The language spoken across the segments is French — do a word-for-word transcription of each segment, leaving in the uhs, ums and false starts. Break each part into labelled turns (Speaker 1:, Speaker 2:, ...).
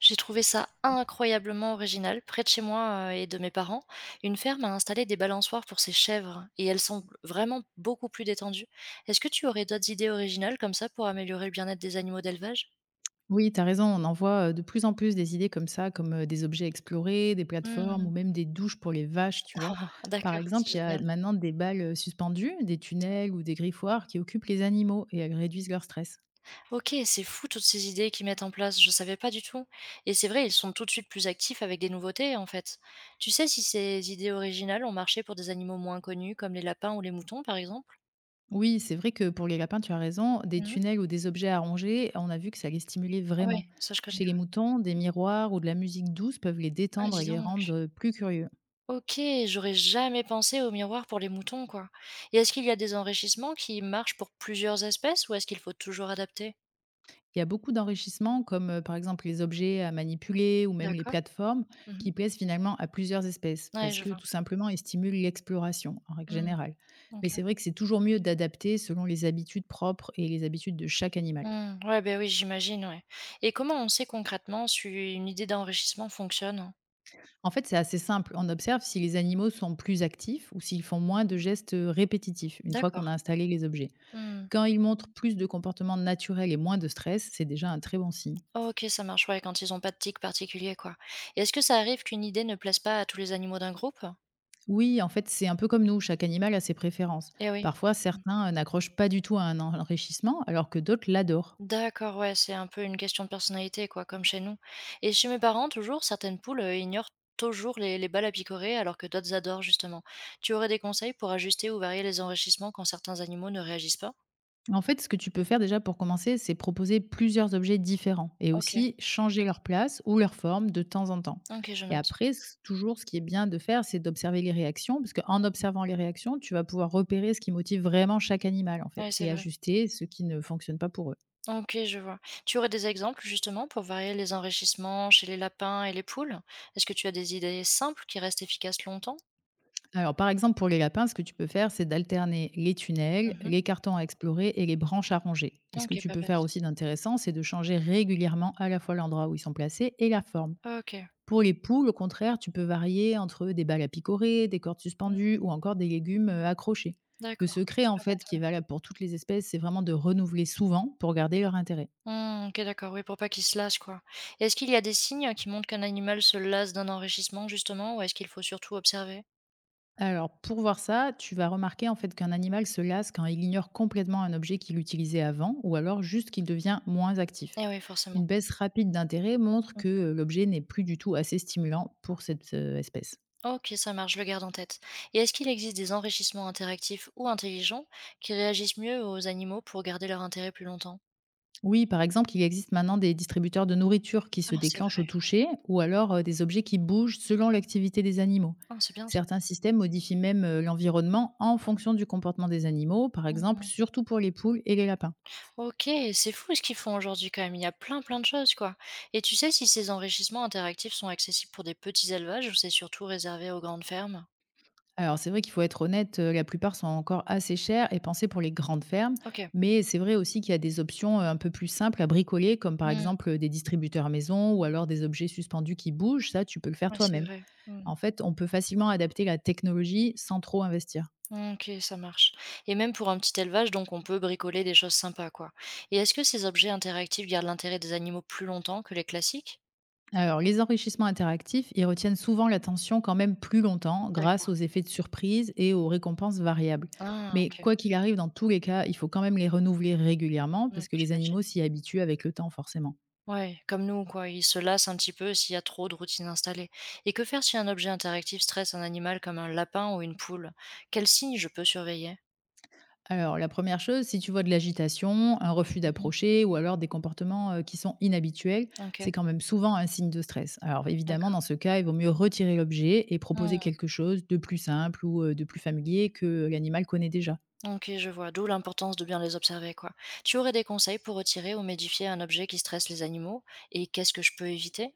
Speaker 1: J'ai trouvé ça incroyablement original. Près de chez moi, heu et de mes parents, une ferme a installé des balançoires pour ses chèvres et elles sont vraiment beaucoup plus détendues. Est-ce que tu aurais d'autres idées originales comme ça pour améliorer le bien-être des animaux d'élevage?
Speaker 2: Oui, tu as raison, on en voit, heu, de plus en plus des idées comme ça, comme, heu, des objets à explorer, des plateformes ou
Speaker 1: Mmh.
Speaker 2: même des douches pour les vaches, tu vois? Par
Speaker 1: D'accord,
Speaker 2: exemple, il
Speaker 1: c'est
Speaker 2: y a
Speaker 1: génial.
Speaker 2: maintenant des balles, heu, suspendues, des tunnels ou des griffoirs qui occupent les animaux et elles réduisent leur stress.
Speaker 1: OK, c'est fou toutes ces idées qu'ils mettent en place, je savais pas du tout et c'est vrai, ils sont tout de suite plus actifs avec des nouveautés, en fait. Tu sais si ces idées originales ont marché pour des animaux moins connus comme les lapins ou les moutons, par exemple?
Speaker 2: Oui, c'est vrai que pour les lapins, tu as raison, des
Speaker 1: Mmh.
Speaker 2: tunnels ou des objets à ronger, on a vu que ça les stimulait vraiment.
Speaker 1: Oui, ça je connais.
Speaker 2: Chez les moutons, des miroirs ou de la musique douce peuvent les
Speaker 1: Ah
Speaker 2: détendre et
Speaker 1: dis
Speaker 2: les
Speaker 1: donc!
Speaker 2: rendre, heu, plus curieux.
Speaker 1: OK, j'aurais jamais pensé au miroir pour les moutons, quoi. Et est-ce qu'il y a des enrichissements qui marchent pour plusieurs espèces ou est-ce qu'il faut toujours adapter?
Speaker 2: Il y a beaucoup d'enrichissements comme, heu, par exemple, les objets à manipuler ou même les
Speaker 1: D'accord.
Speaker 2: plateformes
Speaker 1: Mmh.
Speaker 2: qui plaisent finalement à plusieurs espèces
Speaker 1: Ouais,
Speaker 2: parce
Speaker 1: je
Speaker 2: que
Speaker 1: vois.
Speaker 2: tout simplement, ils stimulent l'exploration en règle
Speaker 1: Mmh.
Speaker 2: générale. Mais
Speaker 1: OK.
Speaker 2: c'est vrai que c'est toujours mieux d'adapter selon les habitudes propres et les habitudes de chaque animal.
Speaker 1: Mmh. Ouais, ben oui, j'imagine, ouais. Et comment on sait concrètement si une idée d'enrichissement fonctionne?
Speaker 2: En fait, c'est assez simple, on observe si les animaux sont plus actifs ou s'ils font moins de gestes, répétitifs une fois qu'on a
Speaker 1: D'accord.
Speaker 2: installé les objets.
Speaker 1: Mmh.
Speaker 2: Quand ils montrent plus de comportements naturels et moins de stress, c'est déjà un très bon signe.
Speaker 1: OK, ça marche, ouais, quand ils ont pas de tic particulier, quoi. Et est-ce que ça arrive qu'une idée ne plaise pas à tous les animaux d'un groupe?
Speaker 2: Oui, en fait, c'est un peu comme nous, chaque animal a ses préférences.
Speaker 1: Eh oui.
Speaker 2: Parfois, certains, heu, n'accrochent pas du tout à un enrichissement, alors que d'autres l'adorent.
Speaker 1: D'accord, ouais, c'est un peu une question de personnalité, quoi, comme chez nous. Et chez mes parents, toujours, certaines poules euh, ignorent toujours les, les balles à picorer, alors que d'autres adorent, justement. Tu aurais des conseils pour ajuster ou varier les enrichissements quand certains animaux ne réagissent pas?
Speaker 2: En fait, ce que tu peux faire déjà pour commencer, c'est proposer plusieurs objets différents et
Speaker 1: Ok,
Speaker 2: aussi changer leur place ou leur forme de temps en temps.
Speaker 1: ok, je
Speaker 2: Et
Speaker 1: note.
Speaker 2: après, c toujours, ce qui est bien de faire, c'est d'observer les réactions, parce qu'en observant les réactions, tu vas pouvoir repérer ce qui motive vraiment chaque animal, en fait,
Speaker 1: Ouais, c'est
Speaker 2: et
Speaker 1: vrai.
Speaker 2: ajuster ce qui ne fonctionne pas pour eux.
Speaker 1: Ok, je vois. Tu aurais des exemples, justement, pour varier les enrichissements chez les lapins et les poules? Est-ce que tu as des idées simples qui restent efficaces longtemps?
Speaker 2: Alors, par exemple, pour les lapins, ce que tu peux faire, c'est d'alterner les tunnels,
Speaker 1: Mhm.
Speaker 2: les cartons à explorer et les branches à ronger. Et ce que
Speaker 1: Ok,
Speaker 2: tu
Speaker 1: pas
Speaker 2: peux faire
Speaker 1: bête.
Speaker 2: aussi d'intéressant, c'est de changer régulièrement à la fois l'endroit où ils sont placés et la forme.
Speaker 1: Ok.
Speaker 2: Pour les poules, au contraire, tu peux varier entre des balles à picorer, des cordes
Speaker 1: Mm,
Speaker 2: suspendues ou encore des légumes euh, accrochés. Le
Speaker 1: d'accord.
Speaker 2: secret,
Speaker 1: C'est
Speaker 2: en
Speaker 1: pas
Speaker 2: fait, qui est
Speaker 1: bête.
Speaker 2: valable pour toutes les espèces, c'est vraiment de renouveler souvent pour garder leur intérêt.
Speaker 1: Mmh, OK, d'accord, oui, pour pas qu'il se lasse, quoi. Et est-ce qu'il y a des signes euh, qui montrent qu'un animal se lasse d'un enrichissement, justement, ou est-ce qu'il faut surtout observer?
Speaker 2: Alors, pour voir ça, tu vas remarquer en fait qu'un animal se lasse quand il ignore complètement un objet qu'il utilisait avant, ou alors juste qu'il devient moins actif.
Speaker 1: Eh oui, forcément.
Speaker 2: Une baisse rapide d'intérêt montre
Speaker 1: Mmh.
Speaker 2: que euh, l'objet n'est plus du tout assez stimulant pour cette euh, espèce.
Speaker 1: OK, ça marche, je le garde en tête. Et est-ce qu'il existe des enrichissements interactifs ou intelligents qui réagissent mieux aux animaux pour garder leur intérêt plus longtemps?
Speaker 2: Oui, par exemple, il existe maintenant des distributeurs de nourriture qui se
Speaker 1: Ah, c'est
Speaker 2: déclenchent au
Speaker 1: vrai.
Speaker 2: toucher, ou alors euh, des objets qui bougent selon l'activité des animaux.
Speaker 1: Ah, c'est bien ça.
Speaker 2: Certains systèmes modifient même euh, l'environnement en fonction du comportement des animaux, par
Speaker 1: Mmh,
Speaker 2: exemple,
Speaker 1: mmh.
Speaker 2: surtout pour les poules et les lapins.
Speaker 1: OK, c'est fou ce qu'ils font aujourd'hui quand même. Il y a plein, plein de choses, quoi. Et tu sais si ces enrichissements interactifs sont accessibles pour des petits élevages ou c'est surtout réservé aux grandes fermes?
Speaker 2: Alors c'est vrai qu'il faut être honnête, heu, la plupart sont encore assez chers et pensés pour les grandes fermes,
Speaker 1: OK.
Speaker 2: mais c'est vrai aussi qu'il y a des options, heu, un peu plus simples à bricoler comme par
Speaker 1: Mmh,
Speaker 2: exemple, heu, des distributeurs maison ou alors des objets suspendus qui bougent, ça tu peux le faire
Speaker 1: ouais, c'est
Speaker 2: toi-même.
Speaker 1: vrai. Mmh.
Speaker 2: En fait, on peut facilement adapter la technologie sans trop investir.
Speaker 1: OK, ça marche. Et même pour un petit élevage, donc on peut bricoler des choses sympas, quoi. Et est-ce que ces objets interactifs gardent l'intérêt des animaux plus longtemps que les classiques?
Speaker 2: Alors les enrichissements interactifs, ils retiennent souvent l'attention quand même plus longtemps grâce aux
Speaker 1: D'accord.
Speaker 2: effets de surprise et aux récompenses variables.
Speaker 1: Ah,
Speaker 2: Mais
Speaker 1: OK.
Speaker 2: quoi qu'il arrive, dans tous les cas, il faut quand même les renouveler régulièrement
Speaker 1: Mmh,
Speaker 2: parce que les
Speaker 1: j'imagine.
Speaker 2: animaux s'y habituent avec le temps forcément.
Speaker 1: Ouais, comme nous, quoi. Ils se lassent un petit peu s'il y a trop de routines installées. Et que faire si un objet interactif stresse un animal comme un lapin ou une poule? Quels signes je peux surveiller?
Speaker 2: Alors, la première chose, si tu vois de l'agitation, un refus
Speaker 1: Mhm.
Speaker 2: d'approcher ou alors des comportements euh, qui sont inhabituels, c'est
Speaker 1: OK,
Speaker 2: quand même souvent un signe de stress. Alors, évidemment, dans
Speaker 1: d'accord.
Speaker 2: ce cas, il vaut mieux retirer l'objet et proposer
Speaker 1: Hmm,
Speaker 2: quelque chose de plus simple ou euh, de plus familier que l'animal connaît déjà.
Speaker 1: OK, je vois. D'où l'importance de bien les observer, quoi. Tu aurais des conseils pour retirer ou modifier un objet qui stresse les animaux? Et qu'est-ce que je peux éviter?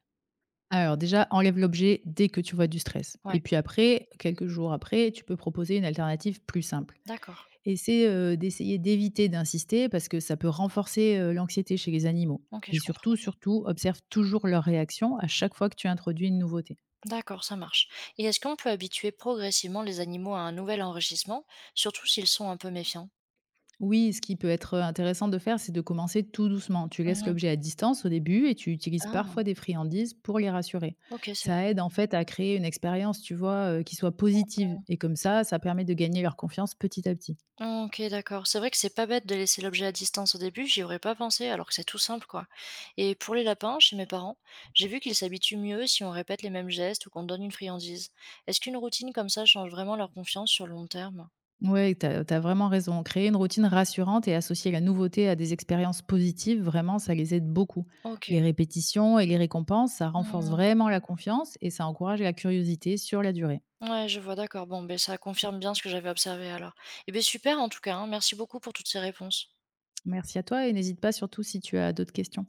Speaker 2: Alors, déjà, enlève l'objet dès que tu vois du stress.
Speaker 1: Ouais.
Speaker 2: Et puis après, quelques jours après, tu peux proposer une alternative plus simple.
Speaker 1: D'accord.
Speaker 2: Et c'est, heu, d'essayer d'éviter d'insister parce que ça peut renforcer, heu, l'anxiété chez les animaux
Speaker 1: OK,
Speaker 2: et
Speaker 1: je
Speaker 2: surtout,
Speaker 1: comprends.
Speaker 2: surtout, observe toujours leur réaction à chaque fois que tu introduis une nouveauté.
Speaker 1: D'accord, ça marche. Et est-ce qu'on peut habituer progressivement les animaux à un nouvel enrichissement, surtout s'ils sont un peu méfiants?
Speaker 2: Oui, ce qui peut être, intéressant de faire, c'est de commencer tout doucement. Tu laisses
Speaker 1: Mmh.
Speaker 2: l'objet à distance au début et tu utilises
Speaker 1: Ah!
Speaker 2: parfois des friandises pour les rassurer.
Speaker 1: OK, c'est
Speaker 2: Ça aide en fait à créer une expérience, tu vois, heu, qui soit positive et comme ça, ça permet de gagner leur confiance petit à petit.
Speaker 1: OK, d'accord. C'est vrai que c'est pas bête de laisser l'objet à distance au début, j'y aurais pas pensé alors que c'est tout simple, quoi. Et pour les lapins, chez mes parents, j'ai vu qu'ils s'habituent mieux si on répète les mêmes gestes ou qu'on donne une friandise. Est-ce qu'une routine comme ça change vraiment leur confiance sur le long terme?
Speaker 2: Ouais, tu tu as vraiment raison. Créer une routine rassurante et associer la nouveauté à des expériences positives, vraiment, ça les aide beaucoup.
Speaker 1: OK.
Speaker 2: Les répétitions et les récompenses, ça renforce
Speaker 1: Mmh.
Speaker 2: vraiment la confiance et ça encourage la curiosité sur la durée.
Speaker 1: Ouais, je vois, d'accord. Bon, ben ça confirme bien ce que j'avais observé alors. Eh beh, super en tout cas, hein. Merci beaucoup pour toutes ces réponses.
Speaker 2: Merci à toi et n'hésite pas surtout si tu as d'autres questions.